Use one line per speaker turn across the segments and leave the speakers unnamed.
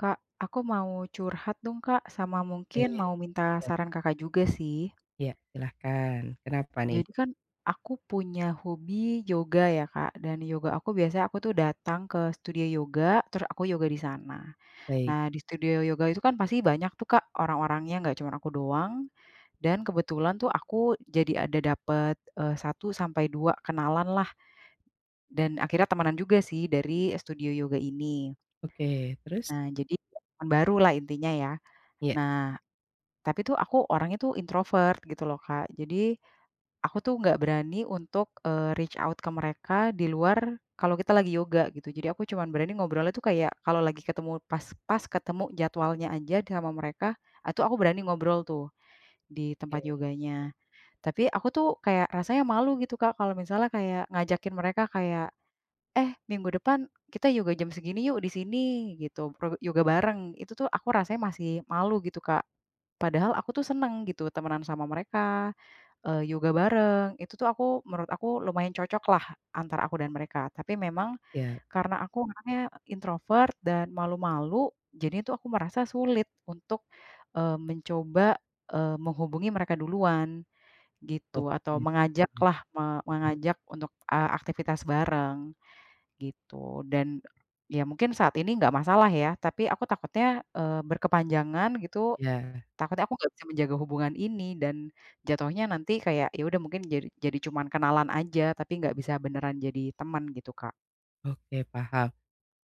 Kak, aku mau curhat dong Kak, sama mungkin
Oke,
mau minta
boleh.
saran Kakak juga sih.
Iya, silahkan. Kenapa nih?
Jadi kan aku punya hobi yoga ya Kak, dan yoga aku biasanya aku tuh datang ke studio yoga, terus aku yoga di sana.
Baik.
Nah, di studio yoga itu kan pasti banyak tuh Kak orang-orangnya, nggak cuma aku doang. Dan kebetulan tuh aku jadi ada dapet eh, satu sampai dua kenalan lah, dan akhirnya temanan juga sih dari studio yoga ini.
Oke, terus?
Nah, jadi teman baru lah intinya ya.
Iya
Nah, tapi tuh aku orangnya tuh introvert gitu loh, Kak. Jadi aku tuh nggak berani untuk, reach out ke mereka di luar kalau kita lagi yoga gitu. Jadi aku cuman berani ngobrolnya tuh kayak kalau lagi ketemu pas pas ketemu jadwalnya aja sama mereka, itu aku berani ngobrol tuh di tempat
oke,
yoganya. Tapi aku tuh kayak rasanya malu gitu, Kak, kalau misalnya kayak ngajakin mereka kayak, "Eh, minggu depan kita yoga jam segini yuk di sini," gitu, pro yoga bareng. Itu tuh aku rasanya masih malu gitu, Kak. Padahal aku tuh seneng gitu temenan sama mereka, yoga bareng, itu tuh aku menurut aku lumayan cocok lah antara aku dan mereka. Tapi memang
siap.
karena aku orangnya introvert dan malu-malu, jadi itu aku merasa sulit untuk, mencoba, menghubungi mereka duluan gitu, atau
Oke, paham.
mengajaklah, mengajak untuk, aktivitas bareng gitu. Dan ya mungkin saat ini nggak masalah ya, tapi aku takutnya, berkepanjangan gitu.
Iya,
Takutnya aku nggak bisa menjaga hubungan ini dan jatuhnya nanti kayak ya udah mungkin jadi cuman kenalan aja, tapi nggak bisa beneran jadi teman gitu, Kak.
oke, paham.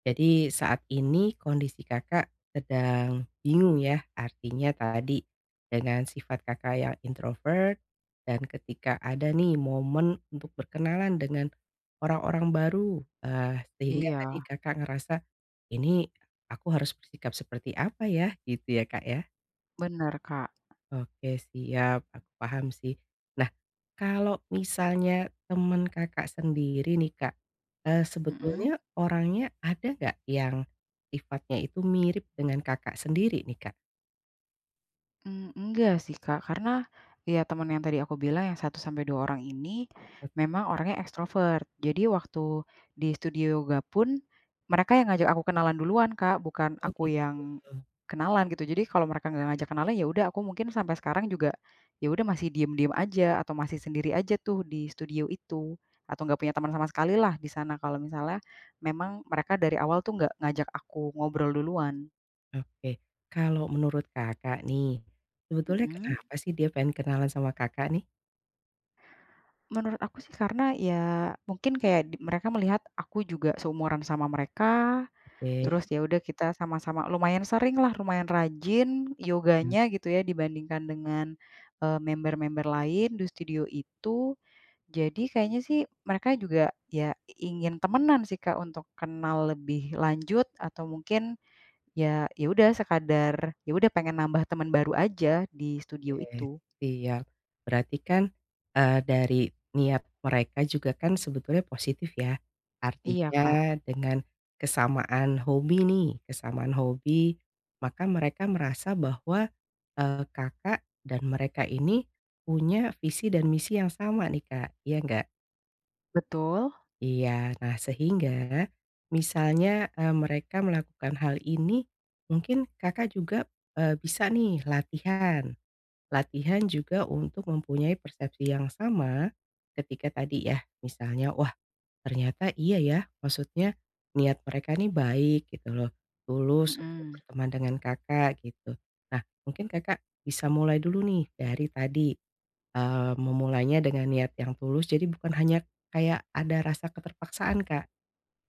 Jadi saat ini kondisi Kakak sedang bingung ya, artinya tadi dengan sifat Kakak yang introvert dan ketika ada nih momen untuk berkenalan dengan orang-orang baru, sehingga
Iya,
tadi Kakak ngerasa, "Ini aku harus bersikap seperti apa ya?" Gitu ya, Kak, ya?
bener, Kak.
Oke siap, aku paham sih. Nah, kalau misalnya teman Kakak sendiri nih Kak, sebetulnya
Mhm.
orangnya ada nggak yang sifatnya itu mirip dengan Kakak sendiri nih Kak?
Enggak sih, Kak, karena ya teman yang tadi aku bilang yang satu sampai 2 orang ini
Oke.
memang orangnya ekstrovert. Jadi waktu di studio yoga pun mereka yang ngajak aku kenalan duluan, Kak, bukan
Oh
aku
gitu.
yang kenalan gitu. Jadi kalau mereka nggak ngajak kenalan ya udah aku mungkin sampai sekarang juga ya udah masih diem-diem aja atau masih sendiri aja tuh di studio itu, atau nggak punya teman sama sekali lah di sana kalau misalnya memang mereka dari awal tuh nggak ngajak aku ngobrol duluan.
Oke, kalau menurut Kakak nih, sebetulnya
Mhm.
kenapa sih dia pengen kenalan sama Kakak nih?
Menurut aku sih karena ya mungkin kayak di mereka melihat aku juga seumuran sama mereka,
Oke.
terus ya udah kita sama-sama lumayan sering lah, lumayan rajin
Iya.
yoganya gitu ya dibandingkan dengan, member-member lain di studio itu. Jadi kayaknya sih mereka juga ya ingin temenan sih, Kak, untuk kenal lebih lanjut atau mungkin ya ya udah sekadar ya udah pengen nambah teman baru aja di studio
Oke,
itu.
siap. Berarti kan, dari niat mereka juga kan sebetulnya positif ya.
Iya, Kak,
Artinya dengan kesamaan hobi nih, kesamaan hobi, maka mereka merasa bahwa, Kakak dan mereka ini punya visi dan misi yang sama nih, Kak, iya nggak?
betul,
Iya. Nah, sehingga misalnya, mereka melakukan hal ini, mungkin Kakak juga, bisa nih latihan. Latihan juga untuk mempunyai persepsi yang sama ketika tadi ya, misalnya, "Wah, ternyata iya ya," maksudnya niat mereka nih baik gitu loh, tulus untuk
mhm,
berteman dengan Kakak gitu. Nah, mungkin Kakak bisa mulai dulu nih dari tadi, memulainya dengan niat yang tulus, jadi bukan hanya kayak ada rasa keterpaksaan, Kak,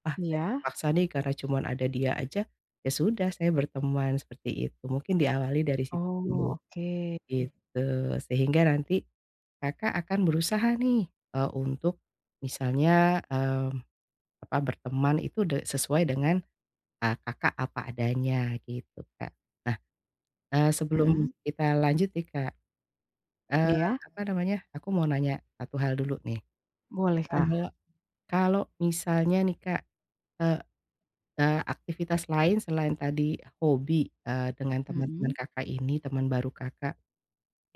"Ah, saya
iya.
terpaksa nih karena cuman ada dia aja, ya sudah saya berteman," seperti itu. Mungkin diawali dari situ
Oh,
dulu.
oke.
Gitu, sehingga nanti Kakak akan berusaha nih, untuk misalnya, apa, berteman itu sesuai dengan, Kakak apa adanya gitu, Kak. Nah, sebelum
Mhm,
kita lanjut nih, Kak, eee,
iya,
apa namanya, aku mau nanya satu hal dulu nih.
boleh, Kak.
Kalau kalau misalnya nih, Kak, eee eee, aktivitas lain selain tadi hobi, dengan teman-teman
Mhm.
Kakak ini, teman baru Kakak.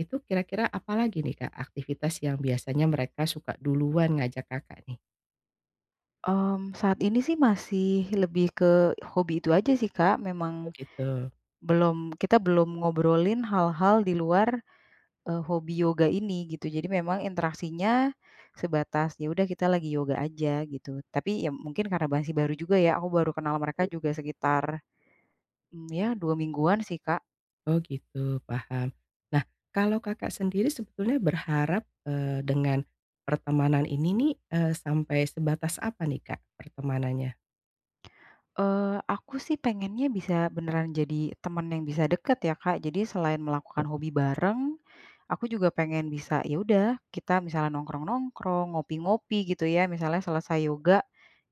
Itu kira-kira apa lagi nih, Kak, aktivitas yang biasanya mereka suka duluan ngajak Kakak nih?
Saat ini sih masih lebih ke hobi itu aja sih, Kak,
Oh
memang
gitu.
belum kita belum ngobrolin hal-hal di luar, hobi yoga ini gitu. Jadi memang interaksinya sebatas, ya udah kita lagi yoga aja gitu. Tapi ya mungkin karena masih baru juga ya, aku baru kenal mereka juga sekitar, ya 2 mingguan sih, Kak.
Oh gitu, paham. Nah, kalau Kakak sendiri sebetulnya berharap, dengan pertemanan ini nih, sampai sebatas apa nih, Kak, pertemanannya?
Aku sih pengennya bisa beneran jadi teman yang bisa deket ya, Kak. Jadi selain melakukan hobi bareng, aku juga pengen bisa, ya udah kita misalnya nongkrong-nongkrong, ngopi-ngopi gitu ya, misalnya selesai yoga,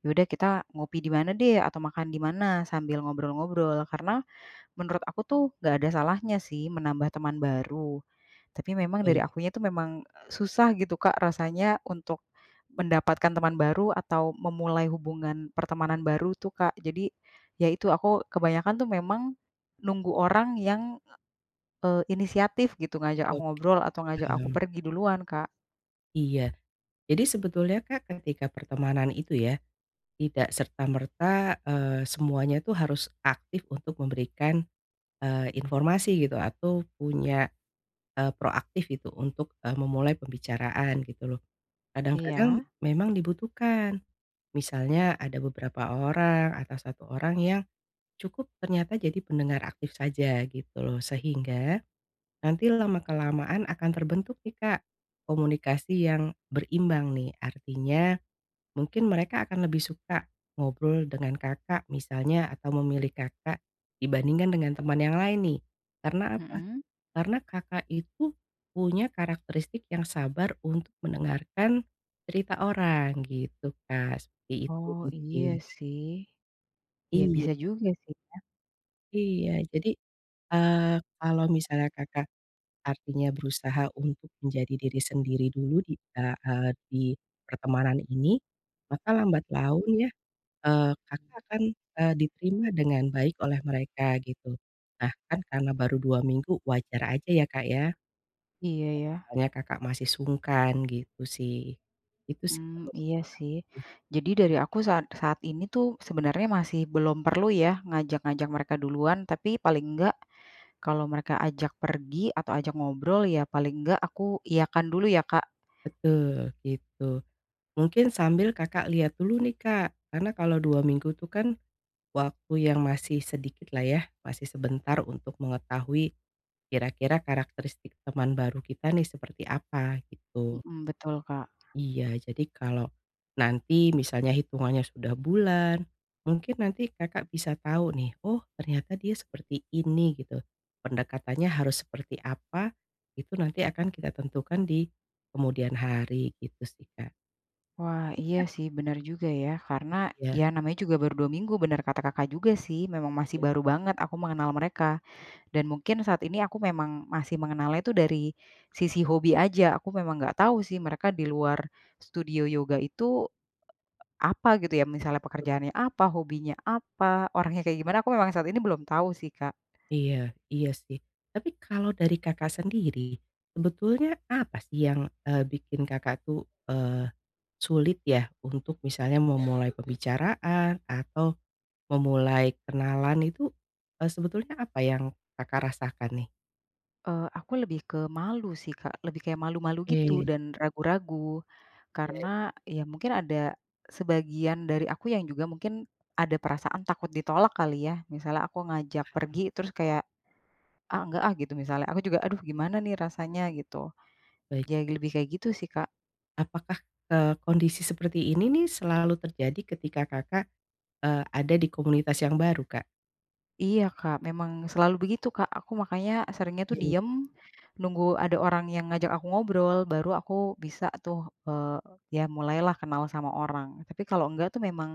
ya udah kita ngopi di mana deh atau makan di mana sambil ngobrol-ngobrol. Karena menurut aku tuh nggak ada salahnya sih menambah teman baru, tapi memang dari
Baik,
akunya tuh memang, susah gitu Kak rasanya untuk mendapatkan teman baru atau memulai hubungan pertemanan baru tuh Kak. Jadi, ya itu aku kebanyakan tuh memang nunggu orang yang, inisiatif gitu ngajak aku
oh
ngobrol atau ngajak aku
paham.
pergi duluan Kak.
Iya. Jadi sebetulnya, Kak, ketika pertemanan itu ya, tidak serta-merta, semuanya tuh harus aktif untuk memberikan, informasi gitu atau punya. Proaktif itu untuk, memulai pembicaraan gitu loh. Kadang-kadang
Iya.
memang dibutuhkan, misalnya ada beberapa orang atau satu orang yang cukup ternyata jadi pendengar aktif saja gitu loh, sehingga nanti lama-kelamaan akan terbentuk nih, Kak, komunikasi yang berimbang nih. Artinya mungkin mereka akan lebih suka ngobrol dengan Kakak misalnya atau memilih Kakak dibandingkan dengan teman yang lain nih. Karena apa?
Mhm.
Karena Kakak itu punya karakteristik yang sabar untuk mendengarkan cerita orang gitu, Kak, seperti itu
Oh iya
mungkin.
sih. Ya
Iya
bisa juga sih.
iya. Jadi, kalau misalnya Kakak artinya berusaha untuk menjadi diri sendiri dulu di di pertemanan ini, maka lambat laun ya, Kakak akan, diterima dengan baik oleh mereka gitu. Nah, kan karena baru 2 minggu wajar aja ya, Kak, ya?
Iya ya.
Misalnya Kakak masih sungkan gitu sih. Itu sih
Mmm,
kalau
iya sih. Jadi dari aku saat saat ini tuh sebenarnya masih belum perlu ya ngajak-ngajak mereka duluan, tapi paling enggak kalau mereka ajak pergi atau ajak ngobrol ya paling enggak aku iyakan dulu ya, Kak.
betul, gitu. Mungkin sambil Kakak lihat dulu nih Kak, karena kalau 2 minggu itu kan waktu yang masih sedikit lah ya, masih sebentar untuk mengetahui kira-kira karakteristik teman baru kita nih seperti apa, gitu.
Mhm, betul, Kak.
Iya, jadi kalau nanti misalnya hitungannya sudah bulan, mungkin nanti Kakak bisa tahu nih, oh ternyata dia seperti ini gitu. Pendekatannya harus seperti apa, itu nanti akan kita tentukan di kemudian hari gitu sih Kak.
Wah,
Iya
iya sih bener juga ya, karena
iya.
ya namanya juga baru 2 minggu bener kata Kakak juga sih, memang masih
Iya iya
baru banget aku mengenal mereka. Dan mungkin saat ini aku memang masih mengenalnya itu dari sisi hobi aja, aku memang nggak tahu sih mereka di luar studio yoga itu apa gitu ya, misalnya pekerjaannya apa, hobinya apa, orangnya kayak gimana, aku memang saat ini belum tahu sih, Kak.
iya iya, sih. Tapi kalau dari Kakak sendiri, sebetulnya apa sih yang, bikin Kakak tuh, eee, sulit ya untuk misalnya memulai pembicaraan atau memulai kenalan itu, sebetulnya apa yang Kakak rasakan nih?
Aku lebih ke malu sih, Kak, lebih kayak malu-malu
Oke,
gitu
iya
dan ragu-ragu.
iya.
Karena ya mungkin ada sebagian dari aku yang juga mungkin ada perasaan takut ditolak kali ya. Misalnya aku ngajak pergi terus kayak, "Ah, enggak ah," gitu misalnya. Aku juga, "Aduh gimana nih rasanya?" Gitu.
Baik,
Jadi lebih kayak gitu sih, Kak.
apakah, kondisi seperti ini nih selalu terjadi ketika Kakak, ada di komunitas yang baru, Kak?
Iya, Kak, memang selalu begitu, Kak. Aku makanya seringnya tuh
Iya.
diem, nunggu ada orang yang ngajak aku ngobrol, baru aku bisa tuh, eee, ya mulailah kenal sama orang. Tapi kalau enggak tuh memang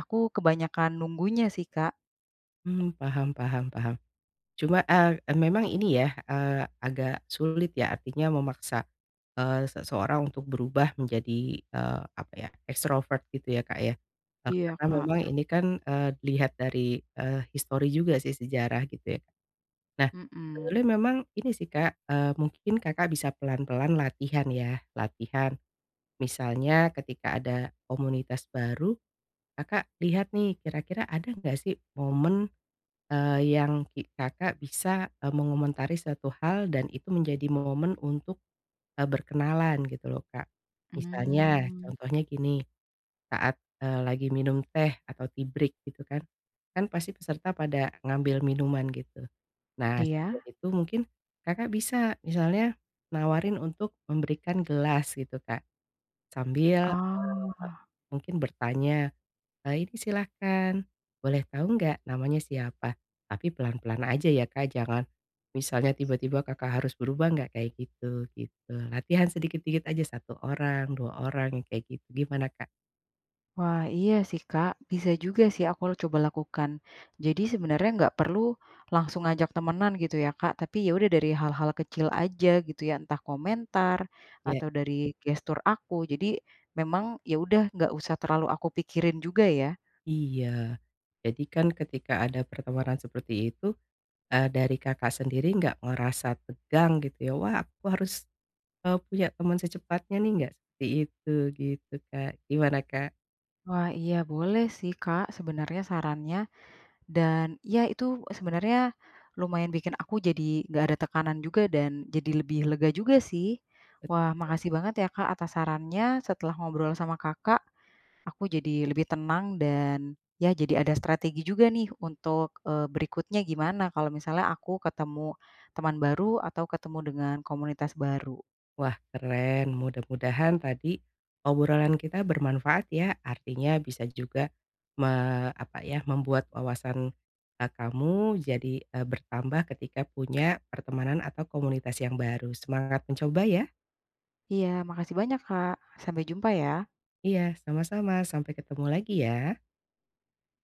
aku kebanyakan nunggunya sih, Kak.
Paham paham paham. Cuma, memang ini ya, agak sulit ya artinya memaksa, seseorang untuk berubah menjadi, apa ya, ekstrovert gitu ya, Kak, ya?
Iya,
Karena memang
Kak.
ini kan, dilihat dari, histori juga sih sejarah gitu ya. Nah,
Mhm.
sebetulnya memang ini sih Kak, mungkin Kakak bisa pelan-pelan latihan ya, latihan. Misalnya ketika ada komunitas baru, Kakak lihat nih kira-kira ada nggak sih momen, yang Kakak bisa, mengomentari suatu hal dan itu menjadi momen untuk, berkenalan gitu loh Kak. Misalnya
Mmm,
contohnya gini, saat, lagi minum teh atau tea break gitu kan, kan pasti peserta pada ngambil minuman gitu. Nah, sambil
iya?
itu mungkin Kakak bisa misalnya nawarin untuk memberikan gelas gitu, Kak, sambil, eee,
Oh.
mungkin bertanya, "Ini silahkan, boleh tahu nggak namanya siapa?" Tapi pelan-pelan aja ya, Kak, jangan misalnya tiba-tiba Kakak harus berubah nggak kayak gitu, gitu. Latihan sedikit-sedikit aja satu orang, 2 orang, yang kayak gitu. Gimana, Kak?
Wah, iya sih, Kak. Bisa juga sih aku coba lakukan. Jadi sebenarnya nggak perlu langsung ngajak temenan gitu ya, Kak. Tapi ya udah dari hal-hal kecil aja gitu ya, entah komentar
Ya
atau dari gestur aku. Jadi memang ya udah nggak usah terlalu aku pikirin juga ya.
iya. Jadi kan ketika ada pertemanan seperti itu, dari Kakak sendiri nggak ngerasa tegang gitu ya, "Wah aku harus, punya teman secepatnya nih," nggak seperti itu gitu, Kak. Gimana, Kak?
Wah, iya boleh sih, Kak. Sebenarnya sarannya. Dan, ya itu sebenarnya lumayan bikin aku jadi nggak ada tekanan juga dan jadi lebih lega juga sih. Wah, makasih banget ya, Kak, atas sarannya. Setelah ngobrol sama Kakak, aku jadi lebih tenang dan ya jadi ada strategi juga nih untuk, berikutnya gimana kalau misalnya aku ketemu teman baru atau ketemu dengan komunitas baru.
Wah keren, mudah-mudahan tadi obrolan kita bermanfaat ya, artinya bisa juga apa ya, membuat wawasan, kamu jadi, bertambah ketika punya pertemanan atau komunitas yang baru. Semangat mencoba ya.
Iya, makasih banyak, Kak. Sampai jumpa ya.
Iya, sama-sama, sampai ketemu lagi ya.